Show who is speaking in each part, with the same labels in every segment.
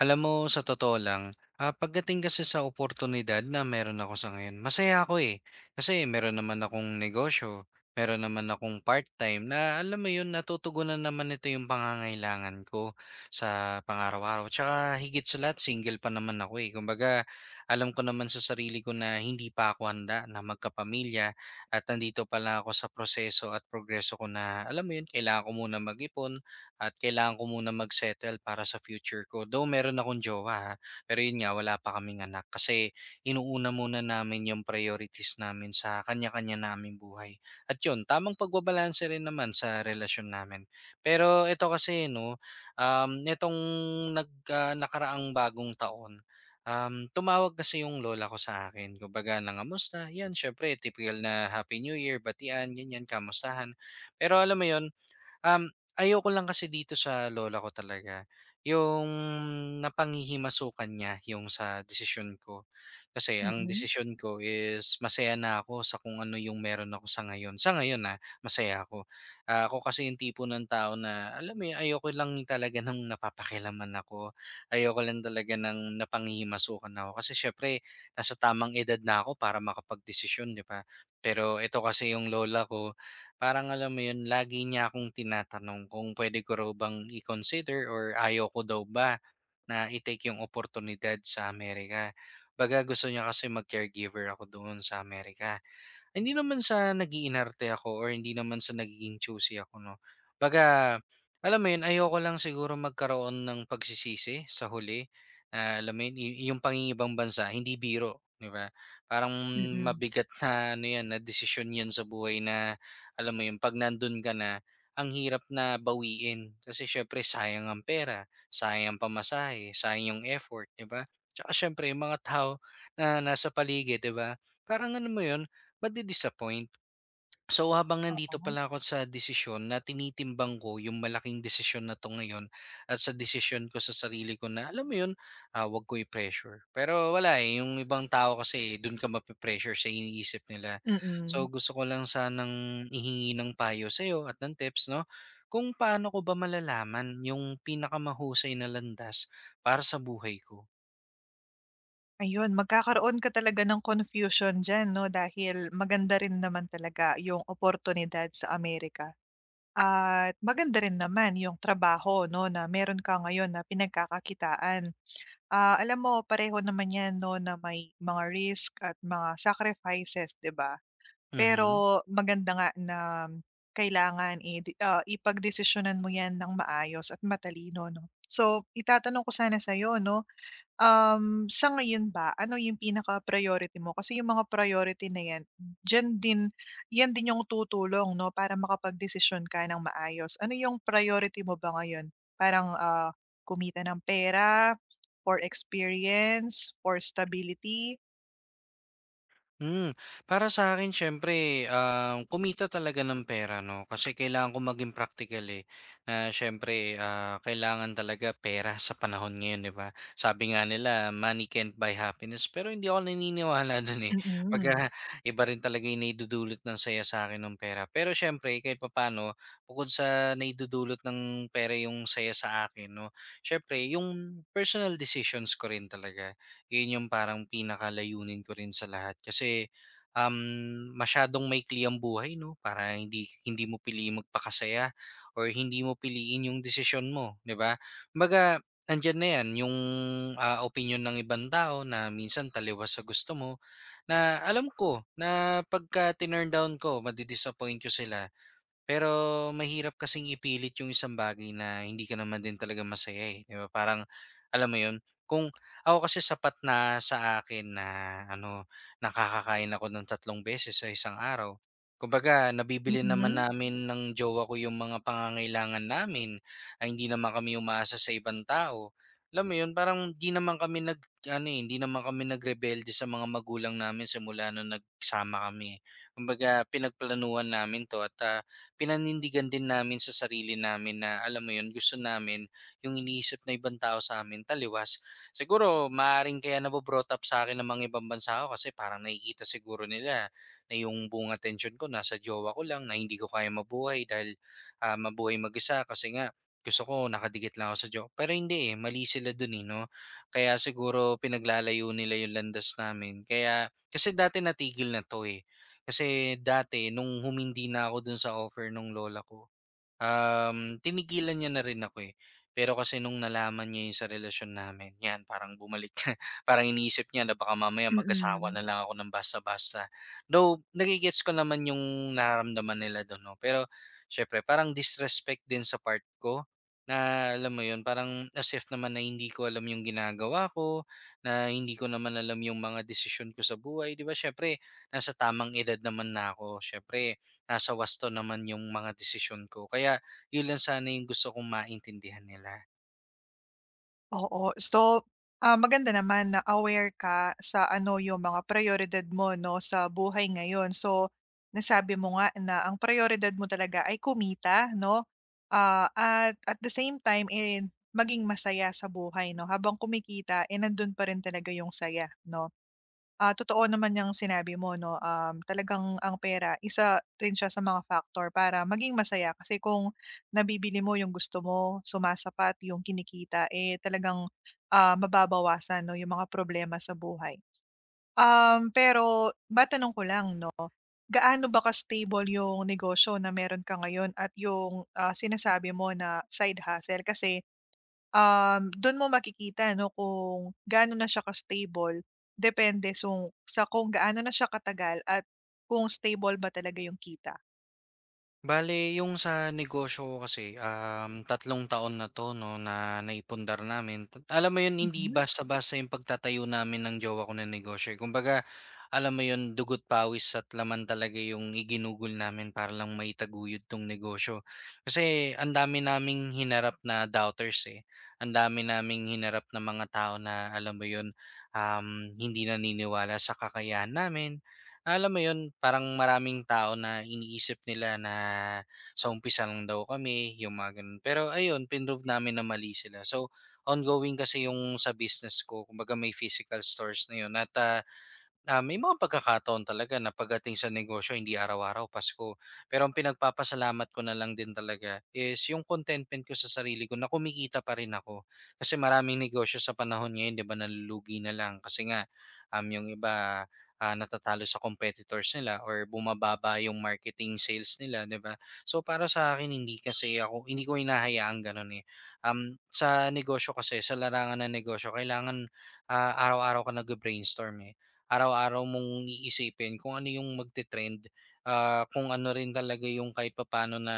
Speaker 1: Alam mo, sa totoo lang, pagdating kasi sa oportunidad na meron ako sa ngayon, masaya ako eh. Kasi meron naman akong negosyo, meron naman akong part-time na alam mo yun, natutugunan naman nito yung pangangailangan ko sa pangaraw-araw. Tsaka higit sa lahat, single pa naman ako eh. Kumbaga, alam ko naman sa sarili ko na hindi pa ako handa na magkapamilya at nandito pala ako sa proseso at progreso ko na alam mo yun, kailangan ko muna mag-ipon, at kailangan ko muna mag-settle para sa future ko. Though meron akong jowa ha, pero yun nga wala pa kaming anak kasi inuuna muna namin yung priorities namin sa kanya-kanya naming buhay. At yun, tamang pagbabalanse rin naman sa relasyon namin. Pero ito kasi no, itong nakaraang bagong taon. Tumawag kasi yung lola ko sa akin. Kumbaga, nangamusta. Yan, syempre, typical na Happy New Year, batian, ganyan, kamustahan. Pero alam mo yun, ayoko lang kasi dito sa lola ko talaga, yung napanghihimasukan niya yung sa desisyon ko. Kasi ang
Speaker 2: Mm,
Speaker 1: desisyon ko is masaya na ako sa kung ano yung meron ako sa ngayon. Sa ngayon na masaya ako. Ako kasi yung tipo ng tao na alam mo yun, ayoko lang talaga ng napapakilaman ako. Ayoko lang talaga ng napanghihimasukan ako. Kasi syempre, nasa tamang edad na ako para makapagdesisyon, di ba? Pero ito kasi yung lola ko, parang alam mo yun, lagi niya akong tinatanong kung pwede ko raw bang i-consider or ayaw ko daw ba na i-take yung oportunidad sa Amerika. 'Baga gusto niya kasi mag-caregiver ako doon sa Amerika. Hindi naman sa nagiinarte ako or hindi naman sa nagiging choosy ako 'no. 'Baga, alam mo 'yun, ayoko lang siguro magkaroon ng pagsisisi sa huli na alam mo 'yun, yung pangingibang bansa hindi biro, 'di ba? Parang
Speaker 2: mm.
Speaker 1: mabigat na ano 'yan, na desisyon 'yan sa buhay na alam mo 'yun, 'pag nandun ka na, ang hirap na bawiin. Kasi siyempre sayang ang pera, sayang ang pamasahe, sayang yung effort, 'di ba? Tsaka siyempre yung mga tao na nasa paligid, 'di ba? Parang ano mo 'yun, madi-disappoint. So, habang nandito
Speaker 2: Oo,
Speaker 1: pala ako sa desisyon na tinitimbang ko yung malaking desisyon na 'to ngayon at sa desisyon ko sa sarili ko na alam mo yun, wag ko i-pressure. Pero wala, eh, yung ibang tao kasi dun ka mape-pressure sa iniisip nila. So,
Speaker 2: mm.
Speaker 1: gusto ko lang sanang ihingi ng payo sa'yo at ng tips 'no, kung paano ko ba malalaman yung pinakamahusay na landas para sa buhay ko?
Speaker 2: Ayun, magkakaroon ka talaga ng confusion diyan 'no, dahil maganda rin naman talaga yung oportunidad sa Amerika at maganda rin naman yung trabaho 'no, na meron ka ngayon na pinagkakakitaan. Ah, alam mo pareho naman 'yan 'no, na may mga risk at mga sacrifices, 'di ba?
Speaker 1: Mhm.
Speaker 2: Pero maganda nga na kailangan ipagdesisyonan mo 'yan ng maayos at matalino 'no. So, itatanong ko sana sa'yo 'no. Sa ngayon ba, ano yung pinaka-priority mo? Kasi yung mga priority na yan, diyan din yung tutulong 'no, para makapagdesisyon ka ng maayos. Ano yung priority mo ba ngayon? Parang, kumita ng pera, for experience, for stability?
Speaker 1: Hmm, para sa akin, siyempre, kumita talaga ng pera 'no, kasi kailangan kong maging praktikal, eh, na siyempre, kailangan talaga pera sa panahon ngayon, 'di ba? Sabi nga nila, "Money can't buy happiness," pero hindi ako naniniwala do'n, eh,
Speaker 2: Mm,
Speaker 1: pagka iba rin talaga yung naidudulot ng saya sa akin ng pera. Pero siyempre kahit papaano, bukod sa naidudulot ng pera yung saya sa akin 'no, siyempre yung personal decisions ko rin talaga. Yun yung parang pinakalayunin ko rin sa lahat kasi, um, masyadong maikli ang buhay 'no, para hindi hindi mo piliing magpakasaya or hindi mo piliin yung desisyon mo, 'di ba? maga Nandiyan na yan yung opinyon ng ibang tao na minsan taliwas sa gusto mo, na alam ko na pagka tinurn down ko madi-disappoint ko sila. Pero mahirap kasing ipilit yung isang bagay na hindi ka naman din talaga masaya, eh, 'di ba? Parang alam mo 'yun, kung ako kasi sapat na sa akin na ano, nakakakain ako ng 3 beses sa isang araw. Kumbaga, nabibili naman
Speaker 2: mm,
Speaker 1: namin ng jowa ko yung mga pangangailangan namin, ay hindi naman kami umaasa sa ibang tao. Alam mo 'yun, parang hindi naman kami nag ano, eh, hindi naman kami nagrebelde sa mga magulang namin simula nung nagsama kami. Kumbaga, pinagplanuhan namin 'to at pinanindigan din namin sa sarili namin na alam mo yun, gusto namin yung iniisip na ibang tao sa amin taliwas. Siguro maaaring kaya nabo-brought up sa akin ng mga ibang bansa ko kasi parang nakikita siguro nila na yung buong attention ko nasa jowa ko lang na hindi ko kaya mabuhay dahil mabuhay mag-isa kasi nga gusto ko nakadikit lang ako sa jowa. Pero hindi eh, mali sila dun eh, no? Kaya siguro pinaglalayo nila yung landas namin. Kaya, kasi dati natigil na to eh. Kasi dati nung humindi na ako dun sa offer nung lola ko, tinigilan niya na rin ako eh. Pero kasi nung nalaman niya yung sa relasyon namin, yan, parang bumalik na. Parang iniisip niya na baka mamaya mag-asawa
Speaker 2: mm.
Speaker 1: na lang ako ng basta-basta. Though, nagigets ko naman yung nararamdaman nila doon. No? Pero, syempre, parang disrespect din sa part ko na alam mo yun, parang as if naman na hindi ko alam yung ginagawa ko, na hindi ko naman alam yung mga desisyon ko sa buhay. Di ba, syempre, nasa tamang edad naman na ako. Syempre, nasa wasto naman yung mga desisyon ko. Kaya yun lang sana yung gusto kong maintindihan nila.
Speaker 2: Oo. So, maganda naman na aware ka sa ano yung mga prayoridad mo 'no, sa buhay ngayon. So, nasabi mo nga na ang prayoridad mo talaga ay kumita 'no, at the same time, eh, maging masaya sa buhay 'no. Habang kumikita, eh, nandun pa rin talaga yung saya 'no. Ah, totoo naman yung sinabi mo 'no, talagang ang pera isa rin siya sa mga factor para maging masaya kasi kung nabibili mo 'yung gusto mo, sumasapat 'yung kinikita, eh, talagang, mababawasan 'no 'yung mga problema sa buhay. Pero matanong ko lang 'no, gaano ba ka-stable 'yung negosyo na meron ka ngayon at 'yung, sinasabi mo na side hustle? Kasi, dun mo makikita ano kung gaano na siya ka-stable, depende sung sa kung gaano na siya katagal at kung stable ba talaga yung kita.
Speaker 1: Bale, yung sa negosyo ko kasi, 3 taon na to, no, na naipundar namin. Alam mo yun, hindi
Speaker 2: Mm,
Speaker 1: basta-basta yung pagtatayo namin ng jowa ko na negosyo, eh. Kumbaga, alam mo yun, dugot pawis at laman talaga yung iginugol namin para lang maitaguyod tong negosyo. Kasi ang dami naming hinarap na doubters eh. Ang dami naming hinarap na mga tao na, alam mo yun, um, hindi naniniwala sa kakayahan namin, alam mo 'yun, parang maraming tao na iniisip nila na sa umpisa lang daw kami, yung mga gano'n. Pero ayun, pinrove namin na mali sila. So, ongoing kasi yung sa business ko, kumbaga may physical stores na 'yun at, may mga pagkakataon talaga na pagdating sa negosyo hindi araw-araw Pasko. Pero ang pinagpapasalamat ko na lang din talaga is yung contentment ko sa sarili ko na kumikita pa rin ako. Kasi maraming negosyo sa panahon ngayon, 'di ba, nalulugi na lang kasi nga yung iba natatalo sa competitors nila or bumababa yung marketing sales nila, 'di ba? So para sa akin hindi kasi ako hindi ko hinahayaang ganun eh. Sa negosyo kasi sa larangan ng negosyo kailangan araw-araw ka nag-brainstorm eh, araw-araw mong iisipin kung ano yung magte-trend, kung ano rin talaga yung kahit papaano na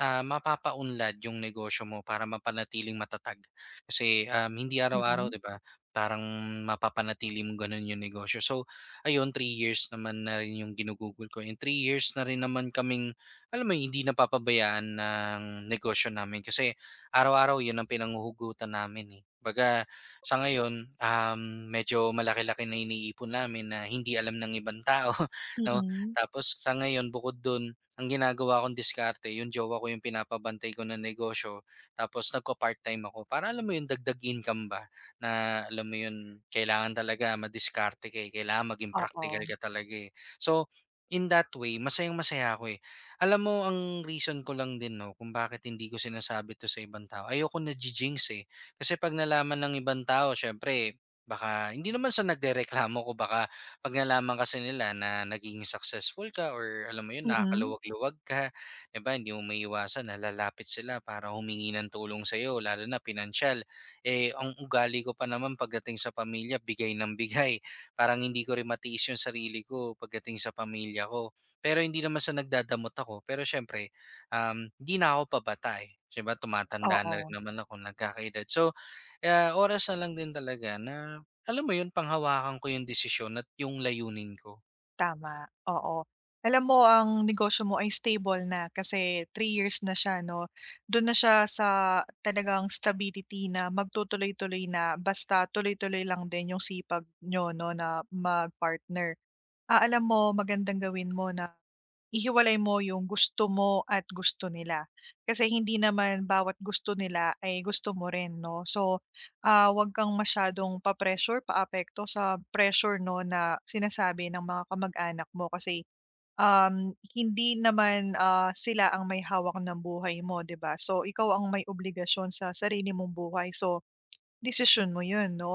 Speaker 1: mapapaunlad yung negosyo mo para mapanatiling matatag. Kasi, hindi araw-araw
Speaker 2: mm,
Speaker 1: 'di ba, parang mapapanatili mong gano'n yung negosyo. So, ayun 3 years naman na rin yung ginugugol ko and 3 years na rin naman kaming alam mo yun, hindi napapabayaan ng negosyo namin kasi araw-araw yun ang pinanghuhugutan namin, eh. Kumbaga sa ngayon, medyo malaki-laki na iniipon namin na hindi alam ng ibang tao, 'no?
Speaker 2: mm.
Speaker 1: Tapos sa ngayon, bukod dun, ang ginagawa kong diskarte yung jowa ko yung pinapabantay ko na negosyo, tapos nagko part time ako para alam mo yun, dagdag income ba na alam mo yun, kailangan talaga madiskarte ka, eh, kailangan maging praktikal
Speaker 2: Oo,
Speaker 1: ka talaga, eh. So, in that way, masayang-masaya ako, eh. Alam mo ang reason ko lang din 'no, kung bakit hindi ko sinasabi 'to sa ibang tao, ayoko na jinx kasi 'pag nalaman ng ibang tao siyempre baka hindi naman sa nagrereklamo ko baka 'pag nalaman kasi nila na naging successful ka or alam mo yun,
Speaker 2: mm,
Speaker 1: nakakaluwag-luwag ka, 'di ba, hindi mo maiiwasan na lalapit sila para humingi ng tulong sa'yo lalo na pinansyal. Eh, ang ugali ko pa naman pagdating sa pamilya bigay ng bigay, parang hindi ko rin matiis yung sarili ko pagdating sa pamilya ko. Pero hindi naman sa nagdadamot ako, pero siyempre hindi na ako pabata, eh. Siyempre tumatanda na rin
Speaker 2: oo,
Speaker 1: naman ako, nagkakaedad. So, oras na lang din talaga na alam mo 'yun, panghawakan ko 'yung desisyon at 'yung layunin ko.
Speaker 2: tama, oo. Alam mo ang negosyo mo ay stable na kasi 3 years na siya 'no, dun na siya sa talagang stability na magtutuloy-tuloy na basta tuloy-tuloy lang din yung sipag niyo 'no na mag-partner. Ah, alam mo magandang gawin mo na ihiwalay mo yung gusto mo at gusto nila. Kasi hindi naman bawat gusto nila ay gusto mo rin 'no. So, 'wag kang masyadong pa-pressure, paapekto sa pressure 'no na sinasabi ng mga kamag-anak mo kasi, hindi naman, sila ang may hawak ng buhay mo 'di ba. So, ikaw ang may obligasyon sa sarili mong buhay. So, decision mo 'yun 'no.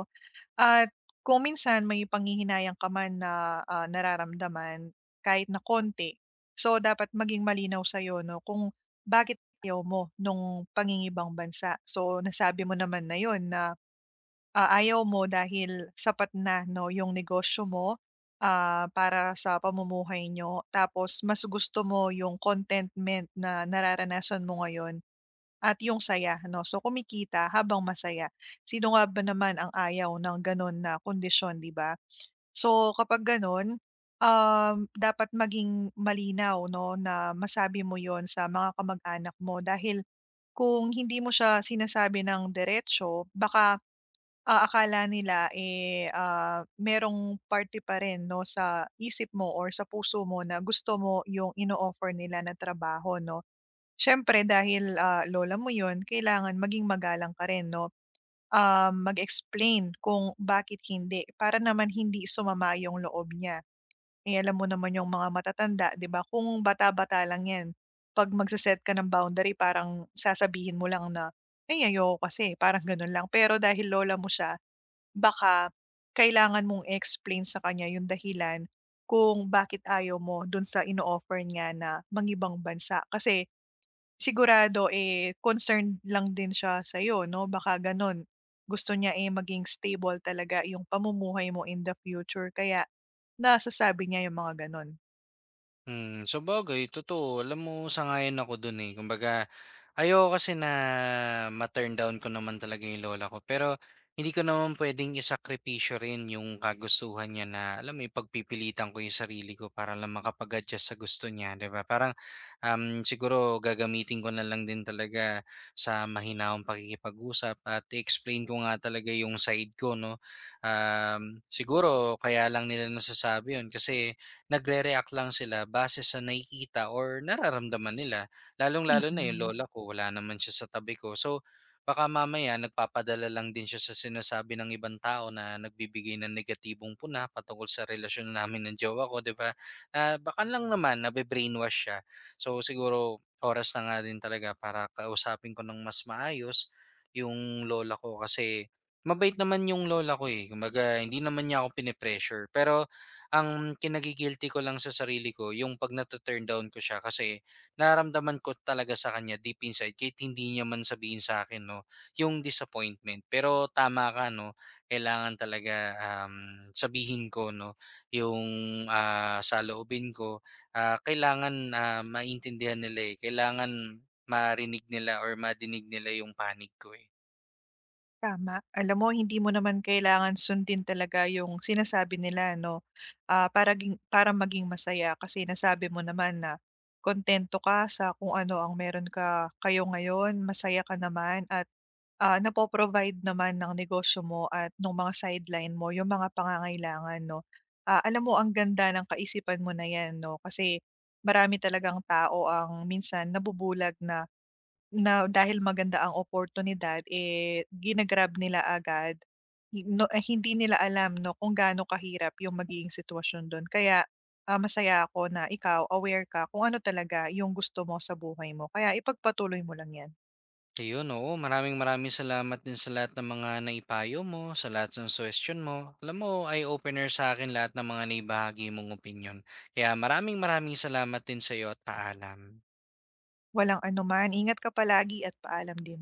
Speaker 2: At kung minsan may panghihinayang ka man na, nararamdaman kahit na konti, so dapat maging malinaw sa'yo 'no kung bakit ayaw mo nung pangingibang bansa. So nasabi mo naman na yon na ayaw mo dahil sapat na 'no, yung negosyo mo, para sa pamumuhay niyo tapos mas gusto mo yung contentment na nararanasan mo ngayon at yung saya 'no. So, kumikita habang masaya. Sino nga ba naman ang ayaw ng gano'n na kondisyon, 'di ba? So, kapag gano'n, dapat maging malinaw 'no na masabi mo 'yon sa mga kamag-anak mo dahil kung hindi mo siya sinasabi ng diretso baka akala nila, eh, merong party pa rin 'no, sa isip mo or sa puso mo na gusto mo yung ino-offer nila na trabaho 'no. Siyempre dahil, lola mo yun kailangan maging magalang ka rin 'no. Mag-explain kung bakit hindi, para naman hindi sumama yung loob niya. Eh, alam mo naman yung mga matatanda 'di ba, kung bata-bata lang 'yan, 'pag magse ka ng boundary parang sasabihin mo lang na, "Ay ayoko kasi," parang gano'n lang. Pero dahil lola mo siya, baka kailangan mong explain sa kanya yung dahilan kung bakit ayaw mo dun sa ino-offer niya na mang-ibang bansa. Kasi sigurado, eh, concerned lang din siya sa sa'yo, 'no? Baka gano'n, gusto niya, eh, maging stable talaga yung pamumuhay mo in the future kaya nasasabi niya yung mga gano'n.
Speaker 1: Hmm, so sabagay totoo, alam mo sangayon ako dun eh. Kumbaga ayoko kasi na ma-turn down ko naman talaga 'yung lola ko, pero hindi ko naman puwedeng isakripisyo rin 'yung kagustuhan niya na alam mo 'yung pagpipilitan ko 'yung sarili ko para lang makapag-adjust sa gusto niya, 'di ba? Parang siguro gagamitin ko na lang din talaga sa mahinahong pakikipag-usap at explain ko nga talaga yung side ko, no? Siguro kaya lang nila nasasabi yun kasi nagre-react lang sila base sa nakikita or nararamdaman nila. Lalong-lalo na yung
Speaker 2: Mm.
Speaker 1: lola ko, wala naman siya sa tabi ko. So, baka mamaya nagpapadala lang din siya sa sinasabi ng ibang tao na nagbibigay ng negatibong puna patungkol sa relasyon namin ng jowa ko, di ba? Baka lang naman nabe-brainwash siya. So siguro oras na nga din talaga para kausapin ko ng mas maayos yung lola ko kasi mabait naman yung lola ko eh. Kumbaga, hindi naman niya ako pinipressure. Pero ang kinagigilty ko lang sa sarili ko, yung pag nata-turn down ko siya kasi naramdaman ko talaga sa kanya deep inside kahit hindi niya man sabihin sa akin, no, yung disappointment. Pero tama ka, no, kailangan talaga sabihin ko, no, yung saloobin ko. Kailangan maintindihan nila, eh. Kailangan marinig nila or madinig nila yung panig ko, eh.
Speaker 2: Tama. Alam mo hindi mo naman kailangan sundin talaga yung sinasabi nila 'no, para maging masaya kasi nasabi mo naman na kontento ka sa kung ano ang meron ka kayo ngayon, masaya ka naman at, napo-provide naman ng negosyo mo at nung mga sideline mo yung mga pangangailangan 'no. Ah, alam mo ang ganda ng kaisipan mo na 'yan 'no, kasi marami talagang tao ang minsan nabubulag na na dahil maganda ang oportunidad, eh, ginagrab nila agad. Hi no eh, hindi nila alam 'no kung gaano kahirap yung magiging sitwasyon dun. Kaya, masaya ako na ikaw aware ka kung ano talaga yung gusto mo sa buhay mo. Kaya ipagpatuloy mo lang yan.
Speaker 1: Ayun, oo, maraming maraming salamat din sa lahat ng mga naipayo mo, sa lahat ng suhestiyon mo. Alam mo, eye-opener sa'kin lahat ng mga naibahagi mong opinyon. Kaya maraming maraming salamat din sa sa'yo at paalam.
Speaker 2: Walang anuman, ingat ka palagi at paalam din.